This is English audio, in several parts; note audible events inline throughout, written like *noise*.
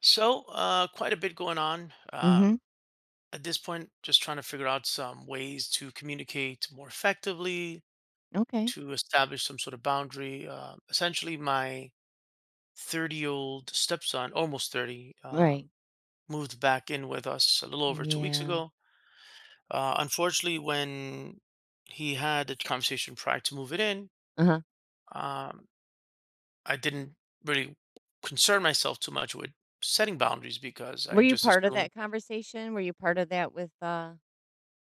So, quite a bit going on. Mhm. At this point, just trying to figure out some ways to communicate more effectively, Okay. to establish some sort of boundary. Essentially, my 30-year-old stepson, almost 30, Right. Moved back in with us a little over 2 weeks Yeah. ago. Unfortunately, when he had the conversation prior to moving in, Uh-huh. um, I didn't really concern myself too much with setting boundaries because Were I you just part of assumed, that conversation? Were you part of that with uh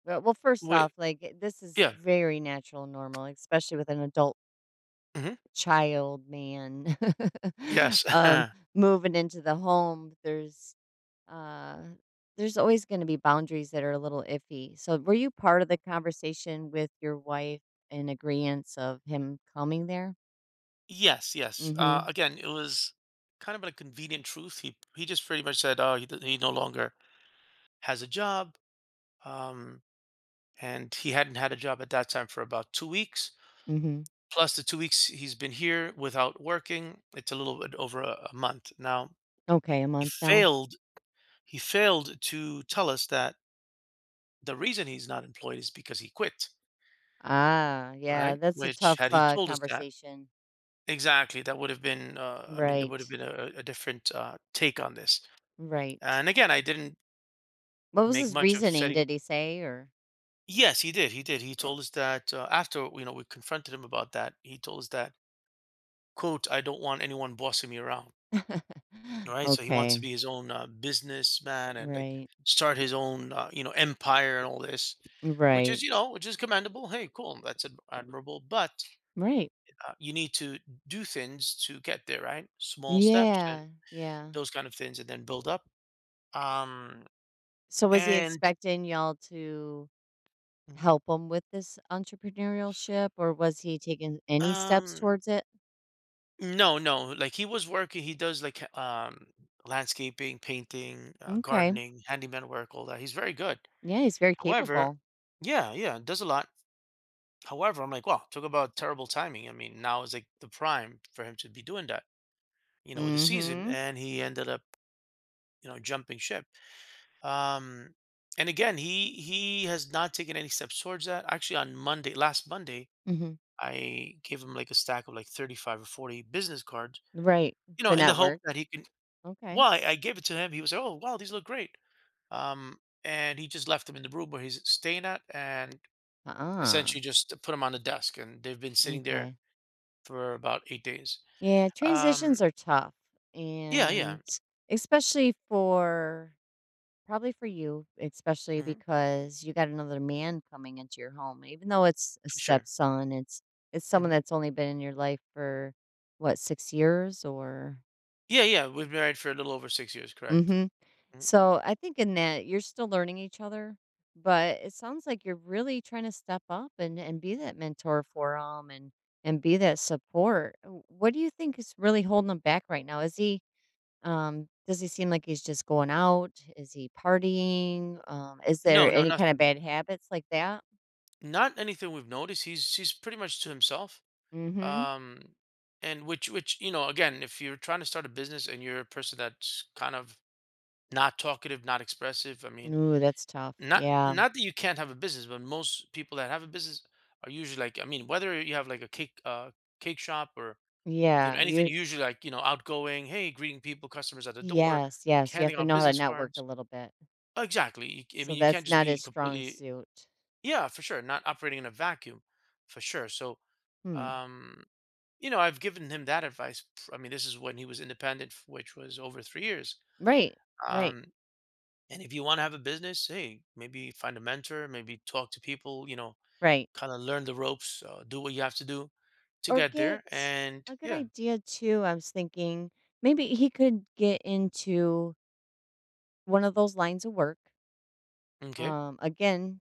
well, well first wi- off, like this is yeah. very natural and normal, especially with an adult Mhm. child man *laughs* Yes. um *laughs* moving into the home. Uh there's always going to be boundaries that are a little iffy. So were you part of the conversation with your wife in agreement of him coming there? Yes, yes. Mhm. Again, it was kind of a convenient truth. He just pretty much said, "Oh, he, he no longer has a job," um, and he hadn't had a job at that time for about 2 weeks. Mhm. Plus, the 2 weeks he's been here without working, it's a little bit over a month now. Okay, a He month now. failed. He failed to tell us that the reason he's not employed is because he quit, Ah, yeah, right? that's a Which tough, had he told us that conversation. exactly, that would have been. I mean, there Right, would have been a different take on this. right. And again, I didn't What was make his much of reasoning? setting. Did he say or Yes, he did. He did. He told us that after you know we confronted him about that. He told us that quote I don't want anyone bossing me around. *laughs* Right. So he wants to okay, be his own businessman and like right, start his own you know empire and all this, which is right, you know which is commendable. Hey, cool. That's admirable. But right. You need to do things to get there. Right. Small steps and Yeah, yeah. those kind of things, and then build up. Um. So was he And expecting y'all to help him with this entrepreneurship or was he taking any steps um towards it? no, no. Like he was working. He does like landscaping, painting, Okay. gardening, handyman work, all that. He's very good. Yeah, he's very However, capable. yeah, yeah, does a lot. However, I'm like, wow, talk about terrible timing. I mean, now is like the prime for him to be doing that, you know, with the season, Mhm. and he ended up, you know, jumping ship. Um, and again, he has not taken any steps towards that. Actually, on Monday, last Monday, Mhm. I gave him like a stack of like 35 or 40 business cards, Right. you know, To in the hope network. that he can. Okay. Well, I gave it to him. He was like, "Oh, wow, these look great." Um, and he just left them in the room where he's staying at, and Uh-uh. essentially just put them on the desk, and they've been sitting there Okay. for about 8 days. Yeah, Um, transitions are tough, mhm, yeah, yeah, and especially for probably for you, especially hmm because you got another man coming into your home. Even though it's a for sure. stepson, it's someone Hmm. that's only been in your life for what, 6 years or Yeah, yeah, we've been married for a little over 6 years, correct? mhm. Mhm. So, I think in that you're still learning each other, but it sounds like you're really trying to step up and be that mentor for him and be that support. What do you think is really holding him back right now? Is he? Does he seem like he's just going out? Is he partying? Is No, there no, any kind of nothing, bad habits like that? not anything we've noticed. He's pretty much to himself. Mhm. Um, and which you know, again, if you're trying to start a business and you're a person that's kind of not talkative, not expressive, I mean Ooh, that's tough. not Yeah. not that you can't have a business, but most people that have a business are usually like, I mean, whether you have like a cake shop or you know Yeah, anything, you you usually like, you know, outgoing, hey, greeting people, customers at the door, Yes, yes, you have handing to out know how to business network a cards. little bit. Exactly. I So mean, you can't that's just not his be strong completely suit. yeah, for sure, not operating in a vacuum, for sure. So, Hmm. um, you know, I've given him that advice. I mean, this is when he was independent, which was over 3 years. Right. Right. Um, and if you want to have a business, hey, maybe find a mentor, maybe talk to people, you know, Right. kind of learn the ropes, do what you have to do to Or get get there. And a good yeah, idea too. I was thinking maybe he could get into one of those lines of work. okay, Again,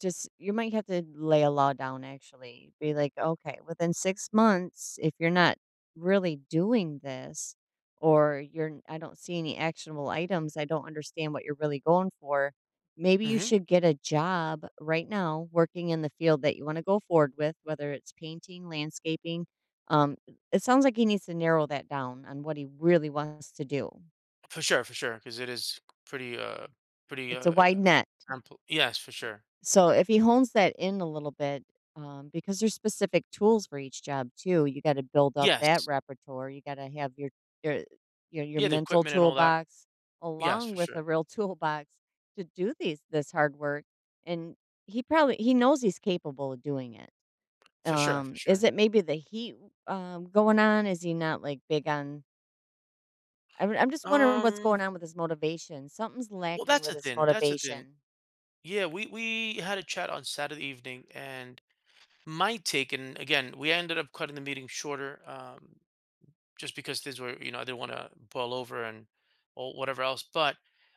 just you might have to lay a law down actually. Be like, "Okay, within 6 months, if you're not really doing this or you're I don't see any actionable items, I don't understand what you're really going for, maybe you hmm should get a job right now working in the field that you wanna go forward with, whether it's painting, landscaping." Um, it sounds like he needs to narrow that down on what he really wants to do. For sure, because it is pretty, uh, pretty It's a wide net. ample. Yes, for sure. So if he hones that in a little bit, because there's specific tools for each job too, you got to build up that Yes, repertoire. You got to have your your yeah, the mental equipment and all that. toolbox Yes, along for with sure, a real *laughs* toolbox to do these this hard work. And he knows he's capable of doing it. for sure, for Is sure. it maybe the heat going on? Is he not like big on? I'm just wondering what's Um, going on with his motivation. Something's well, lacking that's with a his thing. That's a thing. motivation. Yeah, we had a chat on Saturday evening, and my take, and again, we ended up cutting the meeting shorter. Just because things were, you know, I didn't want to boil over and or whatever else. But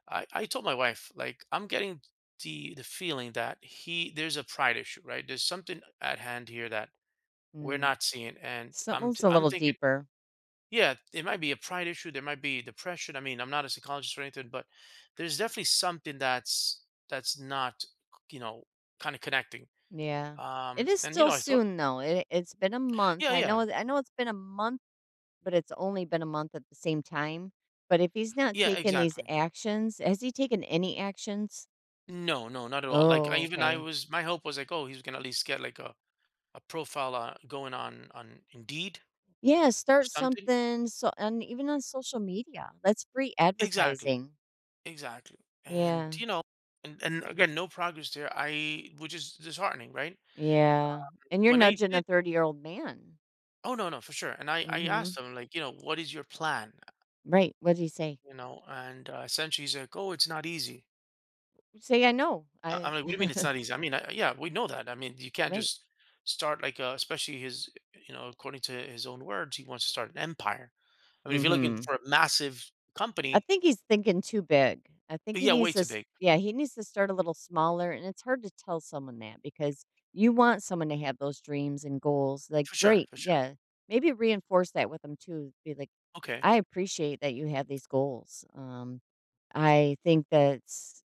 I told my wife, like, I'm getting the feeling that he there's a pride issue, right? There's something at hand here that we're Mm. not seeing, and Something's a I'm little thinking, deeper. yeah, it might be a pride issue, there might be depression. I mean, I'm not a psychologist or anything, but there's definitely something that's not, you know, kind of connecting. Yeah. It is And you still know, I thought, soon though. It it's been a month. yeah, yeah, I know it's been a month, but it's only been a month at the same time. But if he's not yeah, taking these exactly. actions, has he taken any actions? No, no, not at all. Like I, Oh, even I okay. was, my hope was like, oh, he's gonna at least get like a profile going on Indeed Yeah, or start something. something so and even on social media. That's free Exactly, advertising. exactly. And Yeah. you know, and again, no progress there. I which is disheartening, right? Yeah. And you're When I nudging a did, 30-year-old man. oh no, no, for sure. And I Mhm. asked him like, you know, what is your plan? Right. What did he say? You know, and essentially he's like, oh, it's not easy. Say, "I know, I." I'm like, what do you mean it's *laughs* not easy? I mean, I, yeah, we know that. I mean, you can't Right. just start like, especially his, you know, according to his own words, he wants to start an empire. I mean, if you're looking Mhm. for a massive I company think he's thinking too big. I think he yeah, needs way to too s big. yeah, he needs to start a little smaller, and it's hard to tell someone that because you want someone to have those dreams and goals, like, For sure, "Great, for sure. yeah." Maybe reinforce that with them too, be like, Okay. "I appreciate that you have these goals, I think that's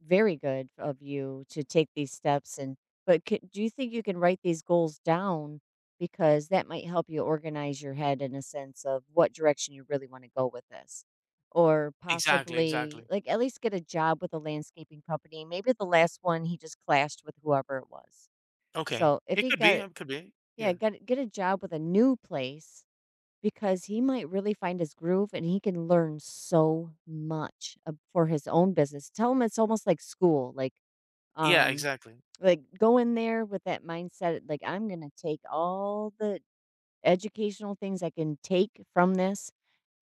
very good of you to take these steps and but c do you think you can write these goals down because that might help you organize your head in a sense of what direction you really want to go with this, or Exactly, possibly exactly. like at least get a job with a landscaping company? Maybe the last one he just clashed with whoever it was, Okay. so if It he could be, got it could be. yeah Yeah. Get a job with a new place because he might really find his groove and he can learn so much for his own business. Tell him it's almost like school. Yeah, um, exactly. like, go in there with that mindset, like, 'I'm gonna take all the educational things I can take from this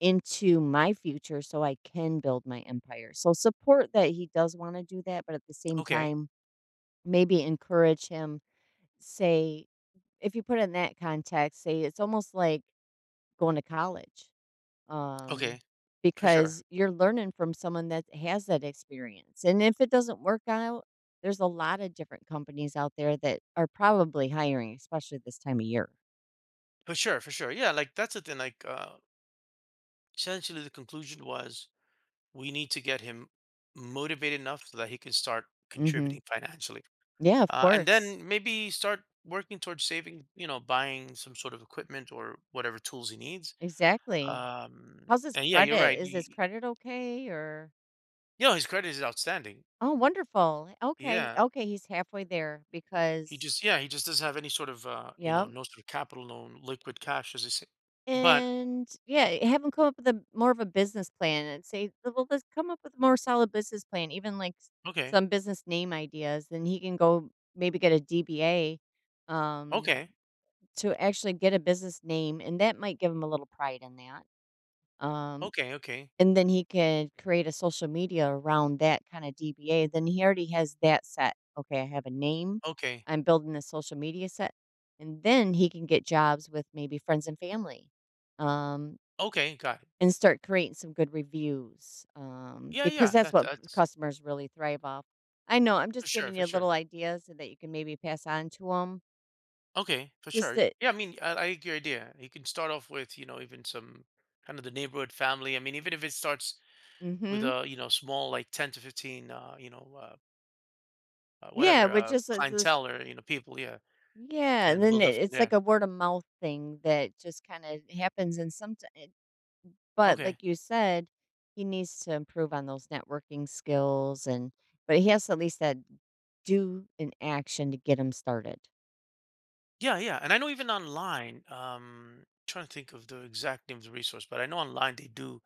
into my future so I can build my empire.'" So, support that he does wanna do that, but at the same Okay. time, maybe encourage him, say if you put it in that context, say it's almost like going to college um, Okay. For sure. because you're learning from someone that has that experience. And if it doesn't work out, there's a lot of different companies out there that are probably hiring, especially this time of year. For sure, for sure. Yeah, like that's the thing. Essentially the conclusion was we need to get him motivated enough so that he can start Hmm. contributing financially. Yeah, of And course. then maybe start working towards saving, you know, buying some sort of equipment or whatever tools he needs. Exactly. Um How's his and yeah, you're credit? right. Is You, his credit okay? Or, You know, his credit is outstanding. oh, wonderful. Okay. Yeah. Okay. He's halfway there He because, just yeah, he just doesn't have any sort of you know, yep. no sort of capital, no liquid cash as they say. But And, yeah, have them come up with a more of a business plan and say, "Well, let's come up with a more solid business plan," even, like, s okay. some business name ideas, then he can go maybe get a DBA, um, Okay. to actually get a business name, and that might give him a little pride in that, um, Okay, okay. and then he can create a social media around that kinda DBA, then he already has that set. "Okay, I have a name, Okay. I'm building a social media set," and then he can get jobs with maybe friends and family, um, Okay, got it. and start creating some good reviews, Yeah, because yeah, that's that what that's customers really thrive off. I know, I'm for just sure, giving for you little sure. ideas so that you can maybe pass on to them. Okay, for Just sure. that Yeah, I mean, I like your idea. You can start off with, you know, even some kind of the neighborhood family. I mean, even if it starts with mhm. a, you know, small like 10 to 15 you know, Yeah, whatever, but just as this clientele or, you know, people, yeah, and yeah, and then then build up it from it's like there. a word of mouth thing that just kinda happens and someti but Okay. like you said, he needs to improve on those networking skills and but he has to at least that do an action to get him started. Yeah, yeah. And I know even online, trying to think of the exact name of the resource, but I know online they do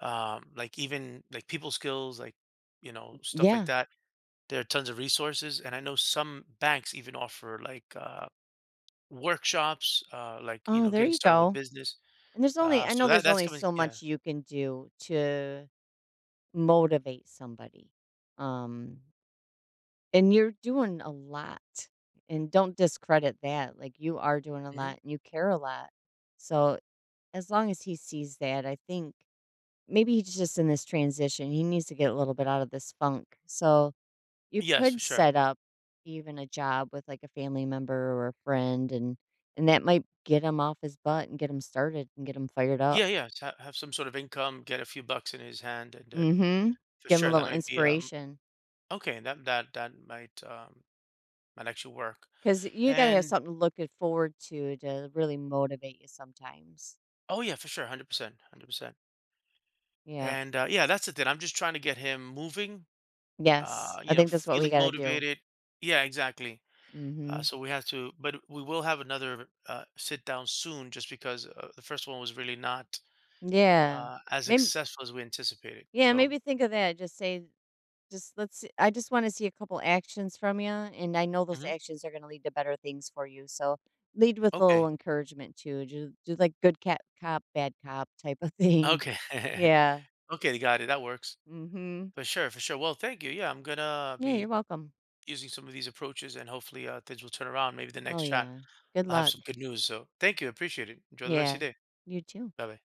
like even like people skills, like you know stuff like Yeah. that. There are tons of resources, and I know some banks even offer like workshops, like you Oh, know there getting you started with go. business. And there's only I So know that there's that's only coming. so Yeah. much you can do to motivate somebody. Um, and you're doing a lot. And don't discredit that. Like you are doing a Hmm. lot and you care a lot. So as long as he sees that, I think maybe he's just in this transition. He needs to get a little bit out of this funk. So you Yes, for could sure. set up even a job with like a family member or a friend and that might get him off his butt and get him started and get him fired up. Yeah, yeah. Have some sort of income, get a few bucks in his hand, and then Mhm. for Them a sure that little might be inspiration, okay. That might actually work. cause you gotta have And something to look it forward to really motivate you sometimes. oh yeah, for sure, 100%, 100%. Yeah. And, yeah, that's the thing, I'm just trying to get him moving, Yes, I you know, think that's what we feeling gotta do. motivated. Yeah, exactly. Mhm. So we have to but we will have another, sit down soon just because, the first one was really not, Yeah. As Maybe. successful as we anticipated, Yeah, so maybe think of that, just say just let's see I just wanna see a couple actions from you, and I know those mhm. actions are gonna lead to better things for you, so lead with a little Okay. encouragement too. Do like good cat cop, bad cop type of thing. *laughs* Okay. *laughs* Yeah. Okay, got it, that works. Mhm. For sure, for sure. Well, thank you, yeah, I'm gonna Yeah, you're be welcome. using some of these approaches and hopefully, things will turn around. Maybe the Oh, next chat, yeah. Good I'll have luck. some good news, so thank you, appreciate it. Enjoy the rest Yeah, of your day. you do. Bye-bye.